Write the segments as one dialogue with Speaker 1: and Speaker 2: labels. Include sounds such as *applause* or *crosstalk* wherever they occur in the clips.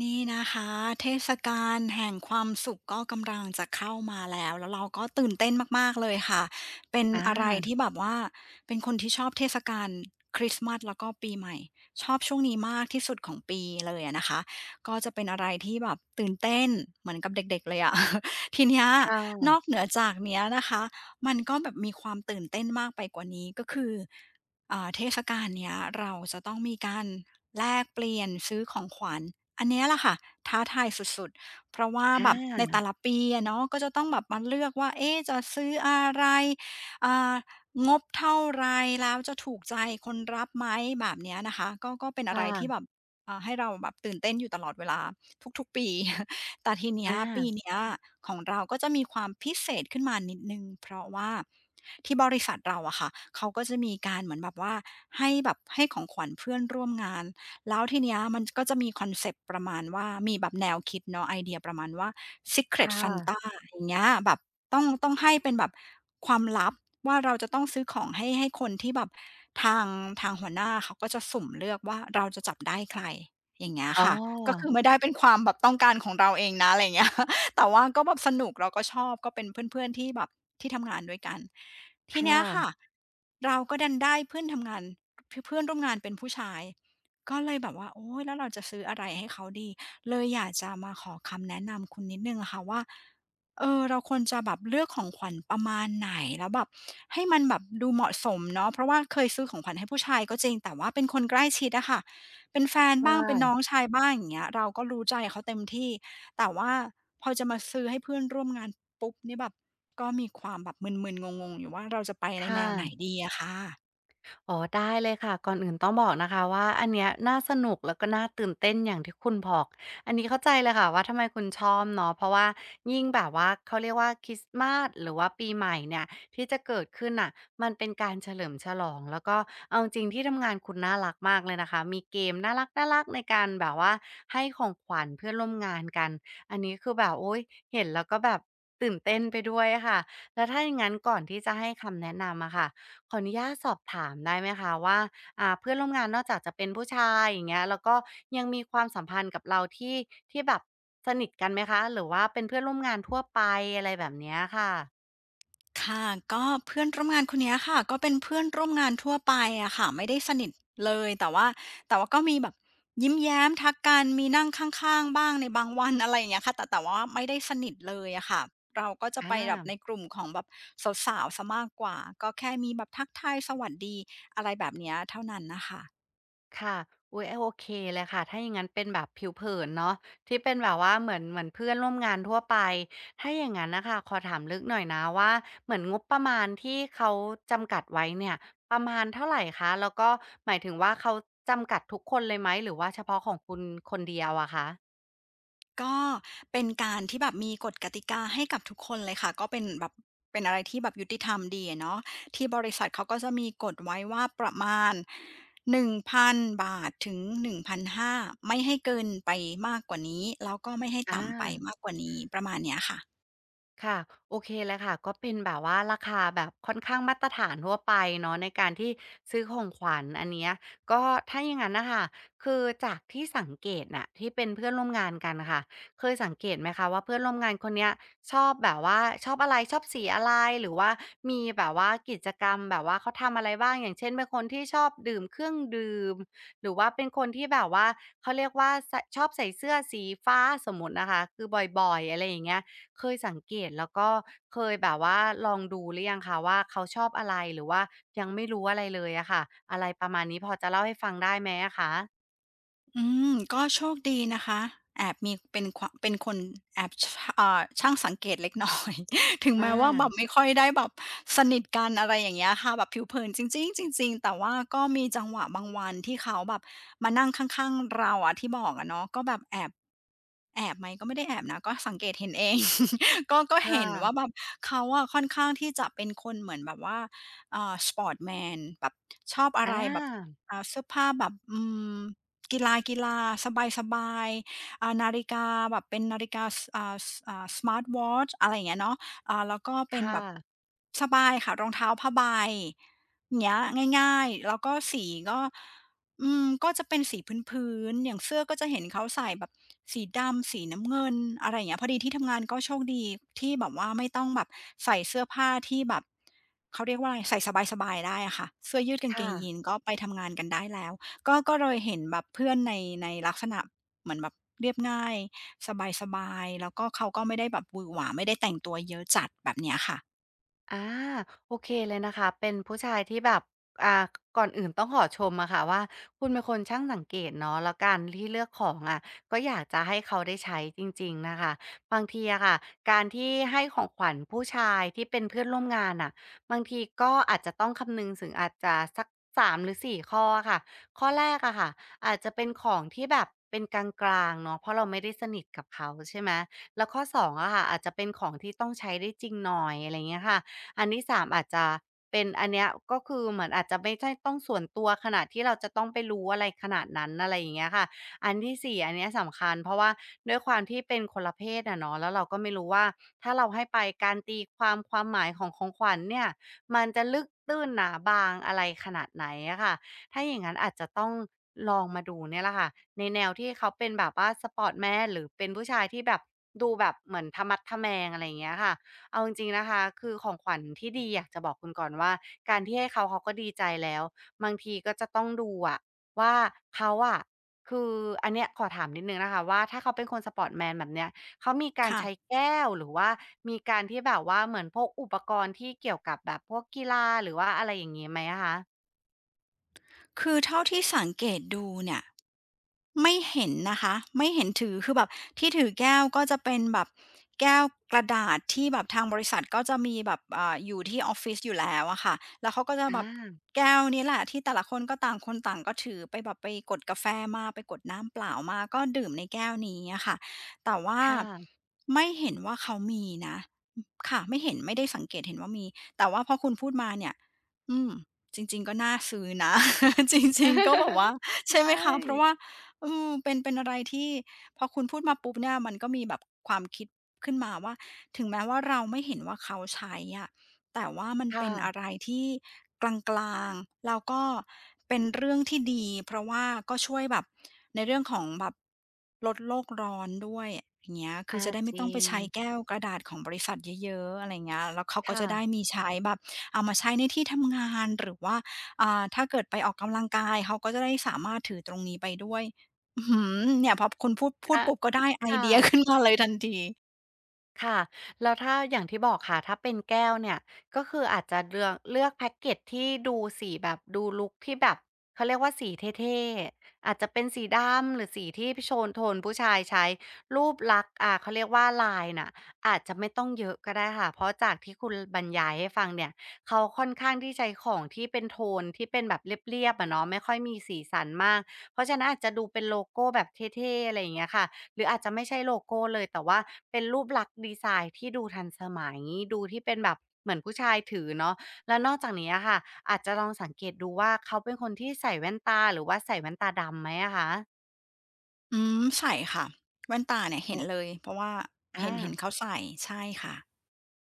Speaker 1: นี่นะคะเทศกาลแห่งความสุขก็กำลังจะเข้ามาแล้วแล้วเราก็ตื่นเต้นมากๆเลยค่ะเป็น
Speaker 2: อา
Speaker 1: อะไรที่แบบว่าเป็นคนที่ชอบเทศกาลคริสต์มาสแล้วก็ปีใหม่ชอบช่วงนี้มากที่สุดของปีเลยอะนะคะก็จะเป็นอะไรที่แบบตื่นเต้นเหมือนกับเด็กๆเลยอะ *laughs* ทีเนี้ย
Speaker 2: ค่ะ
Speaker 1: นอกเหนือจากเนี้ยนะคะมันก็แบบมีความตื่นเต้นมากไปกว่านี้ก็คือเทศกาลเนี้ยเราจะต้องมีการ แลกเปลี่ยนซื้อของขวัญอันเนี้ยแหละค่ะท้าทายสุดๆเพราะว่า
Speaker 2: อ
Speaker 1: แบบในแต่
Speaker 2: า
Speaker 1: ละปีอะเนาะก็จะต้องแบบมาเลือกว่าเอ๊ะจะซื้ออะไรอ่างบเท่าไรแล้วจะถูกใจคนรับไหมแบบเนี้ยนะคะก็เป็นอะไรที่แบ
Speaker 2: ค่ะ
Speaker 1: บให้เราแบบตื่นเต้นอยู่ตลอดเวลาทุกๆปี *laughs* แต่ทีเนี้ยปี
Speaker 2: อา
Speaker 1: เนี้ยของเราก็จะมีความพิเศษขึ้นมานิดหนึ่งเพราะว่าที่บริษัทเราอะค่ะเขาก็จะมีการเหมือนแบบว่าให้แบบให้ของขวัญเพื่อนร่วมงาน แล้วทีเนี้ยมันก็จะมีคอนเซปต์ประมาณว่ามีแบบแนวคิดเนาะไอเดียประมาณว่า Secret
Speaker 2: ค่ะ
Speaker 1: Santa อย่างเงี้ยแบบต้องให้เป็นแบบความลับว่าเราจะต้องซื้อของให้คนที่แบบทางทางหัวหน้าเขาก็จะสุ่มเลือกว่าเราจะจับได้ใครอย่างเงี้ย
Speaker 2: อ๋
Speaker 1: ค่ะก็คื
Speaker 2: อ
Speaker 1: อไม่ได้เป็นความแบบต้องการของเราเองนะอะไรอย่างเงี้ย *laughs* แต่ว่าก็แบบสนุกเราก็ชอบก็เป็นเพื่อนๆที่แบบที่ทำงานด้วยกัน
Speaker 2: ค
Speaker 1: ทีเนี้ยค่ะ
Speaker 2: ่ะ
Speaker 1: เราก็ดันได้เพื่อนทำงานเพื่อนร่วมงานเป็นผู้ชาย ก็เลยแบบว่าโอ๊ยแล้วเราจะซื้ออะไรให้เขาดีเลยอยากจะมาขอคำแนะนำคุณนิดหนึ่งอะค่ะว่าเออเราควรจะแบบเลือกของขวัญประมาณไหนแล้วแบบให้มันแบบดูเหมาะสมเนาะเพราะว่าเคยซื้อของขวัญให้ผู้ชายก็จริงแต่ว่าเป็นคนใกล้ชิดอะค่ะเป็นแฟน
Speaker 2: ค่ะ
Speaker 1: บ้างเป็นน้องชายบ้างอย่างเงี้ยเราก็รู้ใจเขาเต็มที่แต่ว่าพอจะมาซื้อให้เพื่อนร่วมงานปุ๊บนี่แบบก็มีความแบบมึนๆงงๆอยู่ว่าเราจะไปในแน
Speaker 2: ค่ะ
Speaker 1: วไหนดีอะค่ะ
Speaker 2: อ๋อได้เลยค่ะก่อนอื่นต้องบอกนะคะว่าอันเนี้ยน่าสนุกแล้วก็น่าตื่นเต้นอย่างที่คุณบอกอันนี้เข้าใจเลยค่ะว่าทำไมคุณชอบเนาะเพราะว่ายิ่งแบบว่าเขาเรียกว่าคริสต์มาสหรือว่าปีใหม่เนี่ยที่จะเกิดขึ้นน่ะมันเป็นการเฉลิมฉลองแล้วก็เอาจริงๆที่ทำงานคุณน่ารักมากเลยนะคะมีเกมน่ารักๆในการแบบว่าให้ของขวัญเพื่อนร่วมงานกันอันนี้คือแบบโอ๊ยเห็นแล้วก็แบบตื่นเต้นไปด้วยค่ะแล้วถ้าอย่างงั้นก่อนที่จะให้คำแนะนำอะค่ะ ขออนุญาตสอบถามได้ไหมคะว่าเพื่อนร่วมงานนอกจากจะเป็นผู้ชายอย่างเงี้ยแล้วก็ยังมีความสัมพันธ์กับเราที่ที่แบบสนิทกันไหมคะหรือว่าเป็นเพื่อนร่วมงานทั่วไปอะไรแบบเนี้ยค่ะ
Speaker 1: ค่ะก็เพื่อนร่วมงานคนเนี้ยค่ะก็เป็นเพื่อนร่วมงานทั่วไปอะค่ะไม่ได้สนิทเลยแต่ว่าก็มีแบบยิ้มแย้มทักกันมีนั่งข้างๆบ้างในบางวัน *laughs* อะไรอย่างเงี้ยค่ะแต่ว่าไม่ได้สนิทเลยอะค่ะเราก็จะไปแบบ
Speaker 2: อา
Speaker 1: ในกลุ่มของแบบสาวๆเสียมากกว่าก็แค่มีแบบทักทายสวัสดีอะไรแบบเนี้ยเท่านั้นน่ะค่ะ
Speaker 2: ค่ะอุ๊ยโอเคเลยค่ะถ้าอย่างงั้นเป็นแบบผิวเผินเนาะที่เป็นแบบว่าเหมือนเพื่อนร่วมงานทั่วไปถ้าอย่างงั้นน่ะค่ะขอถามลึกหน่อยนะว่าเหมือนงบประมาณที่เขาจำกัดไว้เนี่ยประมาณเท่าไรคะแล้วก็หมายถึงว่าเขาจำกัดทุกคนเลยไหมหรือว่าเฉพาะของคุณคนเดียวอะคะ
Speaker 1: ก็เป็นการที่แบบมีกฎกติกาให้กับทุกคนเลยค่ะก็เป็นแบบเป็นอะไรที่แบบยุติธรรมดีอะเนาะที่บริษัทเขาก็จะมีกฎไว้ว่าประมาณ1,000บาทถึง1,500ไม่ให้เกินไปมากกว่านี้แล้วก็ไม่ให้
Speaker 2: อ
Speaker 1: ต่ำไป
Speaker 2: า
Speaker 1: มากกว่านี้ประมาณเนี้ยค่ะ
Speaker 2: ค่ะโอเคเลยค่ะก็เป็นแบบว่าราคาแบบค่อนข้างมาตรฐานทั่วไปเนาะในการที่ซื้อของขวัญอันเนี้ยก็ถ้าอย่างนั้นนะคะคือจากที่สังเกตน่ะที่เป็นเพื่อนร่วมงานกันค่ะเคยสังเกตไหมคะว่าเพื่อนร่วมงานคนเนี้ยชอบแบบว่าชอบอะไรชอบสีอะไรหรือว่ามีแบบว่ากิจกรรมแบบว่าเขาทำอะไรบ้างอย่างเช่นเป็นคนที่ชอบดื่มเครื่องดื่มหรือว่าเป็นคนที่แบบว่าเขาเรียกว่าใสชอบใส่เสื้อสีฟ้าสมมุตินะคะคือบ่อยๆอะไรอย่างเงี้ย เคยสังเกตแล้วก็เคยแบบว่าลองดูหรือยังคะว่าเขาชอบอะไรหรือว่ายังไม่รู้อะไรเลยอะค่ะอะไรประมาณนี้พอจะเล่าให้ฟังได้ไหมอะคะ
Speaker 1: อืมก็โชคดีนะคะแอบมีเป็นควะเป็นคนแอบชะเอ่าช่างสังเกตเล็กน้อย *laughs* ถึง
Speaker 2: อ
Speaker 1: แม้ว่าแบบ
Speaker 2: า
Speaker 1: ไม่ค่อยได้แบบสนิทกันอะไรอย่างเงี้ยค่ะแบบผิวเผินจริงๆจริงๆแต่ว่าก็มีจังหวะบางวันที่เขาแบบมานั่งข้างๆเราอะที่บอกอะเนาะก็แบบแอบไหมก็ไม่ได้แอบนะก็สังเกตเห็นเอง *laughs* ก็
Speaker 2: ค
Speaker 1: เห็นว่า
Speaker 2: ่ะ
Speaker 1: แบบเขาอะค่อนข้างที่จะเป็นคนเหมือนแบบว่าSportman แบบชอบอะ
Speaker 2: อ
Speaker 1: ไรแบบ
Speaker 2: า
Speaker 1: เสื้อผ้าแบบม กีฬาสบายๆนาฬิกาแบบเป็นนาฬิกาสอ่าสอ่า Smart Watch อะไรอย่างเงี้ยเนาะแล้วก็เป็น
Speaker 2: ค่ะ
Speaker 1: แบบสบายค่ะรองเท้าผ้าใบอย่างเงี้ยง่ายๆแล้วก็สีก็อืมก็จะเป็นสีพื้นๆอย่างเสื้อก็จะเห็นเขาใส่แบบสีดำสีน้ำเงินอะไรอย่างเงี้ยพอดีที่ทำงานก็โชคดีที่แบบว่าไม่ต้องแบบใส่เสื้อผ้าที่แบบเขาเรียกว่าอะไรใส่สบายๆได้อะค่ะเสื้อยืดกางเก
Speaker 2: ค่ะ
Speaker 1: งยีนก็ไปทำงานกันได้แล้ว ก็เลยเห็นแบบเพื่อนในในลักษณะเหมือนแบบเรียบง่ายสบายๆแล้วก็เขาก็ไม่ได้แบบหวือหวาไม่ได้แต่งตัวเยอะจัดแบบเนี้ยค่ะ
Speaker 2: อาโอเคเลยนะคะเป็นผู้ชายที่แบบอ่าก่อนอื่นต้องขอชมอะค่ะว่าคุณเป็นคนช่างสังเกตเนาะแล้วการที่เลือกของอะก็อยากจะให้เขาได้ใช้จริงๆนะคะบางทีอะค่ะการที่ให้ของขวัญผู้ชายที่เป็นเพื่อนร่วมงานอะบางทีก็อาจจะต้องคำนึงถึงอาจจะสักสามหรือสี่ข้ออะค่ะข้อแรกอะค่ะอาจจะเป็นของที่แบบเป็นกลางๆเนาะเพราะเราไม่ได้สนิทกับเขาใช่ไหมแล้วข้อ2องอะค่ะอาจจะเป็นของที่ต้องใช้ได้จริงหน่อยอะไรอย่างเงี้ยค่ะ อันที่สามอาจจะเป็นอันเนี้ยก็คือเหมือนอาจจะไม่ใช่ต้องส่วนตัวขนาดที่เราจะต้องไปรู้อะไรขนาดนั้นอะไรอย่างเงี้ยค่ะอันที่สี่อันเนี้ยสำคัญเพราะว่าด้วยความที่เป็นคนละเพศอะเนาะแล้วเราก็ไม่รู้ว่าถ้าเราให้ไปการตีความความหมายของของขวัญเนี่ยมันจะลึกตื้นหนาบางอะไรขนาดไหนอะค่ะถ้าอย่างนั้นอาจจะต้องลองมาดูเนี่ยแหละค่ะในแนวที่เขาเป็นแบบว่า s อร์ต m ม n หรือเป็นผู้ชายที่แบบดูแบบเหมือนทะมัดทะแมงอะไรอย่างเงี้ยค่ะ เอาจริงๆนะคะคือของขวัญที่ดีอยากจะบอกคุณก่อนว่าการที่ให้เขาเขาก็ดีใจแล้วบางทีก็จะต้องดูอะว่าเขาอะคืออันเนี้ยขอถามนิดหนึ่งนะคะว่าถ้าเขาเป็นคนสปอร์ตแมนแบบเนี้ยเขามีการ
Speaker 1: ค่ะ
Speaker 2: ใช้แก้วหรือว่ามีการที่แบบว่าเหมือนพกอุปกรณ์ที่เกี่ยวกับแบบพวกกีฬาหรือว่าอะไรอย่างงี้ไหมอะคะ
Speaker 1: คือเท่าที่สังเกตดูเนี่ย ไม่เห็นนะคะไม่เห็นถือคือแบบที่ถือแก้วก็จะเป็นแบบแก้วกระดาษที่แบบทางบริษัทก็จะมีแบบอยู่ที่ออฟฟิศอยู่แล้วอะค่ะแล้วเขาก็จะ
Speaker 2: อ
Speaker 1: แบบ
Speaker 2: า
Speaker 1: แก้วนี้แหละที่แต่ละคนก็ต่างคนต่างก็ถือไปแบบไปกดกาแฟมาไปกดน้ำเปล่ามาก็ดื่มในแก้วนี้อะค่ะแต่ว่า
Speaker 2: ค่ะ
Speaker 1: ไม่เห็นว่าเขามีนะอค่ะไม่เห็นไม่ได้สังเกตเห็นว่ามีแต่ว่าพอคุณพูดมาเนี่ยอืมจริงๆก็น่าซื้อนะ *laughs* จริงๆก็แบบว่า
Speaker 2: *laughs* ใช
Speaker 1: ใช่ไหมคะเพราะ
Speaker 2: ่
Speaker 1: ว่า เออเป็นอะไรที่พอคุณพูดมาปุ๊บเนี่ยมันก็มีแบบความคิดขึ้นมาว่าถึงแม้ว่าเราไม่เห็นว่าเขาใช้อะแต่ว่ามันเป็
Speaker 2: ค่ะ
Speaker 1: นอะไรที่กลางๆแล้วก็เป็นเรื่องที่ดีเพราะว่าก็ช่วยแบบในเรื่องของแบบลดโลกร้อนด้วยอย่างเงี้ยคือ
Speaker 2: อา
Speaker 1: จะได้
Speaker 2: จ
Speaker 1: ไม่ต้อ
Speaker 2: ริ
Speaker 1: งไป
Speaker 2: ง
Speaker 1: ใช้แก้วกระดาษของบริษัทเยอะๆอะไรเงี้ยแล้วเขาก็
Speaker 2: ค่ะ
Speaker 1: จะได้มีใช้แบบเอามาใช้ในที่ทำงานหรือว่าอ่าถ้าเกิดไปออกกำลังกายเขาก็จะได้สามารถถือตรงนี้ไปด้วย อื้อฮือเนี่ยพอคุณพูด
Speaker 2: อา
Speaker 1: ปุ๊บก็ได้
Speaker 2: ค
Speaker 1: ไอเดียขึ้น
Speaker 2: ่ะ
Speaker 1: มาเลยทันที
Speaker 2: ค่ะแล้วถ้าอย่างที่บอกค่ะถ้าเป็นแก้วเนี่ยก็คืออาจจะเลือกแพ็กเกจที่ดูสีแบบดูลุกที่แบบเขาเรียกว่าสีเท่ๆอาจจะเป็นสีดำหรือสีที่โชนโทนผู้ชายใช้รูปลักษณ์เขาเรียกว่าลายน่ะอาจจะไม่ต้องเยอะก็ได้ค่ะเพราะจากที่คุณบรรยายให้ฟังเนี่ยเขาค่อนข้างที่ใช้ของที่เป็นโทนที่เป็นแบบเรียบๆอะเนาะไม่ค่อยมีสีสันมากเพราะฉะนั้นอาจจะดูเป็นโลโกแบบเท่ๆอะไรอย่างเงี้ยค่ะ หรืออาจจะไม่ใช่โลโก้เลยแต่ว่าเป็นรูปลักษณ์ดีไซน์ที่ดูทันสมัยดูที่เป็นแบบเหมือนผู้ชายถือเนาะแล้วนอกจากนี้อะค่ะอาจจะลองสังเกตดูว่าเขาเป็นคนที่ใส่แว่นตาหรือว่าใส่แว่นตาดำไหมอะคะ
Speaker 1: อืมใส่ค่ะแว่นตาเนี่ยเห็
Speaker 2: โอ้
Speaker 1: นเล
Speaker 2: อ
Speaker 1: ยเพราะว่าเห็
Speaker 2: อา
Speaker 1: นเห็นเขาใส่ใช่ค่ะ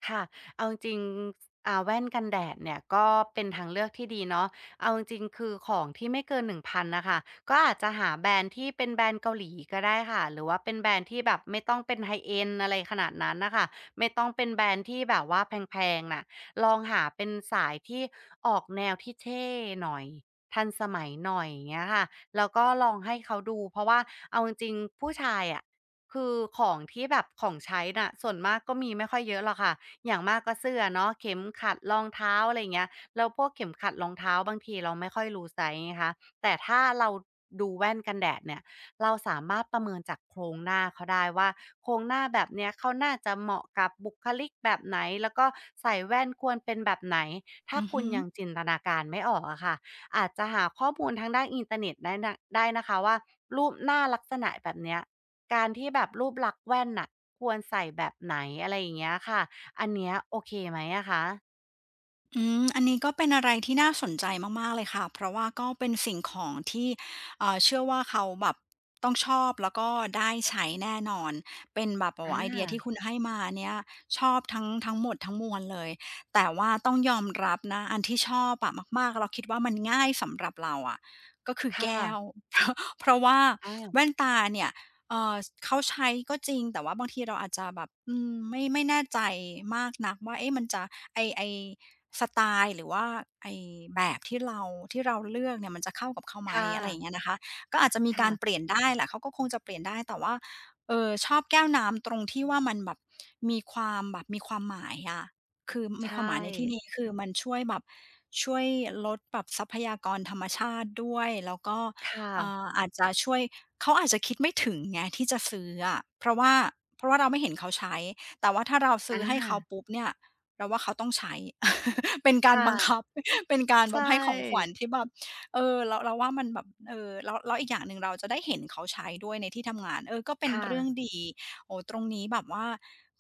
Speaker 2: ค่ะเอาจริงๆแว่นกันแดดเนี่ยก็เป็นทางเลือกที่ดีเนาะเอาจริงๆคือของที่ไม่เกิน1,000น่งพันน่ะค่ะก็อาจจะหาแบรนด์ที่เป็นแบรนด์เกาหลีก็ได้ค่ะ หรือว่าเป็นแบรนด์ที่แบบไม่ต้องเป็น High end อะไรขนาดนั้นน่ะค่ะไม่ต้องเป็นแบรนด์ที่แบบว่าแพงๆน่ะลองหาเป็นสายที่ออกแนวที่เท่หน่อยทันสมัยหน่อยอย่างเงี้ยค่ะแล้วก็ลองให้เขาดูเพราะว่าเอาจริงๆผู้ชายอะคือของที่แบบของใช้น่ะส่วนมากก็มีไม่ค่อยเยอะหรอกค่ะ อย่างมากก็เสื้อเนาะเข็มขัดรองเท้าอะไรอย่างเงี้ยแล้วพวกเข็มขัดรองเท้าบางทีเราไม่ค่อยรู้ไซซ์ไงคะแต่ถ้าเราดูแว่นกันแดดเนี่ยเราสามารถประเมินจากโครงหน้าเขาได้ว่าโครงหน้าแบบเนี้ยเขาน่าจะเหมาะกับบุคลิกแบบไหนแล้วก็ใส่แว่นควรเป็นแบบไหนถ้า
Speaker 1: อือ
Speaker 2: คุณ
Speaker 1: ฮึ
Speaker 2: ยังจินตนาการไม่ออกอะค่ะอาจจะหาข้อมูลทางด้านอินเทอร์เน็ตได้นะคะว่ารูปหน้าลักษณะแบบเนี้ยการที่แบบรูปลักษณ์แว่นน่ะควรใส่แบบไหนอะไรอย่างเงี้ยค่ะ อันเนี้ยโอเคไหมอะคะ
Speaker 1: อืมอันนี้ก็เป็นอะไรที่น่าสนใจมากๆเลยค่ะ เพราะว่าก็เป็นสิ่งของที่เชื่อว่าเขาแบบต้องชอบแล้วก็ได้ใช้แน่นอน เป็นแบบโอ้โฮ
Speaker 2: อา
Speaker 1: ไอเดียที่คุณให้มาเนี่ยชอบทั้งหมดทั้งมวลเลยแต่ว่าต้องยอมรับนะ อันที่ชอบอะมากๆเราคิดว่ามันง่ายสำหรับเราอะก็คือ
Speaker 2: ค่ะ
Speaker 1: แก้ว *laughs* เพราะเพราะว่าแว่
Speaker 2: อา
Speaker 1: นตาเนี่ยเอ่อเขาใช้ก็จริง แต่ว่าบางทีเราอาจจะแบบอืมไม่แน่ใจมากนักว่าเอ๊ะมันจะไอ้ สไตล์หรือว่าไอ้แบบที่เราเลือกเนี่ยมันจะเข้ากับเขาไหม
Speaker 2: ค่ะ
Speaker 1: อะไรอย่างเงี้ยนะคะก็อาจจะมีการเป
Speaker 2: ค่ะ
Speaker 1: ลี่ยนได้แหละเขาก็คงจะเปลี่ยนได้แต่ว่าเออชอบแก้วน้ำตรงที่ว่ามันแบบมีความแบบมีความหมายอะคือมีความหมา
Speaker 2: ใช่
Speaker 1: ยในที่นี้คือมันช่วยแบบช่วยลดแบบทรัพยากรธรรมชาติด้วยแล้วก็
Speaker 2: ค่ะ
Speaker 1: อาจจะช่วยเขาอาจจะคิดไม่ถึงไงที่จะซื้ออะเพราะว่าเราไม่เห็นเขาใช้แต่ว่าถ้าเรา
Speaker 2: อ
Speaker 1: ซื้อให้เขา
Speaker 2: า
Speaker 1: ปุ๊บเนี่ย เราว่าเขาต้องใช้ *laughs* เป็น
Speaker 2: ค
Speaker 1: การบังคับ
Speaker 2: ่ะ
Speaker 1: *laughs* เป็นการ
Speaker 2: ใช
Speaker 1: แบบให้ของขวัญ
Speaker 2: ่
Speaker 1: ที่แบบเออเราว่ามันแบบเออแล้วอีกอย่างหนึ่งเราจะได้เห็นเขาใช้ด้วยในที่ทำงานเออก็เป็น
Speaker 2: ค่ะ
Speaker 1: เรื่องดี โอ้ตรงนี้แบบว่า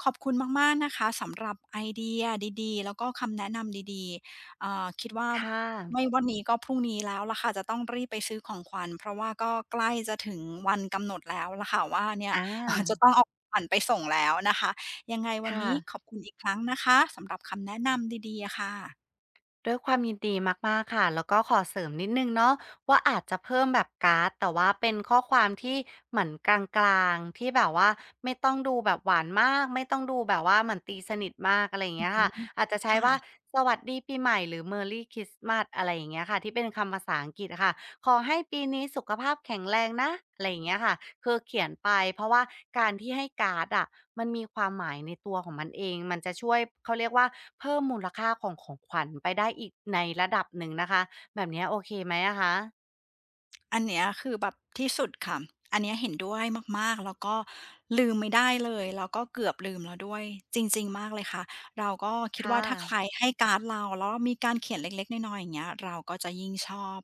Speaker 1: ขอบคุณมากๆนะคะสำหรับไอเดียดีๆแล้วก็คำแนะนำดีๆอ่าคิดว่า
Speaker 2: ค่ะ
Speaker 1: ไม่วันนี้ก็พรุ่งนี้แล้วล่ะค่ะจะต้องรีบไปซื้อของขวัญเพราะว่าก็ใกล้จะถึงวันกำหนดแล้วล่ะค่ะว่าเนี่ย
Speaker 2: อ
Speaker 1: *laughs* จะ
Speaker 2: า
Speaker 1: ต้องเอาของขวัญไปส่งแล้วนะคะ ยังไงวัน
Speaker 2: ค่ะ
Speaker 1: นี้ขอบคุณอีกครั้งนะคะสำหรับคำแนะนำดีๆอะค่ะ
Speaker 2: ด้วยความยินดีมากๆค่ะ แล้วก็ขอเสริมนิดหนึ่งเนาะว่าอาจจะเพิ่มแบบการ์ดแต่ว่าเป็นข้อความที่เหมือนกลางๆที่แบบว่าไม่ต้องดูแบบหวานมากไม่ต้องดูแบบว่าเหมือนตีสนิทมากอะไรอย่าง
Speaker 1: อื
Speaker 2: เงี้ยค่ะ
Speaker 1: ม
Speaker 2: อาจจะใช้ว่า
Speaker 1: ค่ะ
Speaker 2: สวัสดีปีใหม่หรือ "Merry Christmas" อะไรอย่างเงี้ยค่ะที่เป็นคำภาษาอังกฤษอะค่ะ ขอให้ปีนี้สุขภาพแข็งแรงนะอะไรอย่างเงี้ยค่ะคือเขียนไปเพราะว่าการที่ให้การ์ดอะมันมีความหมายในตัวของมันเองมันจะช่วยเขาเรียกว่าเพิ่มมูลค่าของของขวัญไปได้อีกในระดับหนึ่งนะคะแบบเนี้ยโอเคไหมอะคะ
Speaker 1: อันเนี้ยคือแบบที่สุดค่ะ อันเนี้ยเห็นด้วยมากๆแล้วก็ลืมไม่ได้เลยแล้วก็เกือบลืมแล้วด้วยจริงๆมากเลยค่ะเราก็คิด
Speaker 2: ค่ะ
Speaker 1: ว่าถ้าใครให้การ์ดเราแล้วมีการเขียนเล็กๆน้อยๆอย่างเงี้ยเราก็จะยิ่งชอบ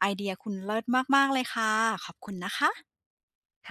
Speaker 1: ไอเดียคุณเลิศมากๆเลยค่ะขอบคุณนะคะ
Speaker 2: ค่ะ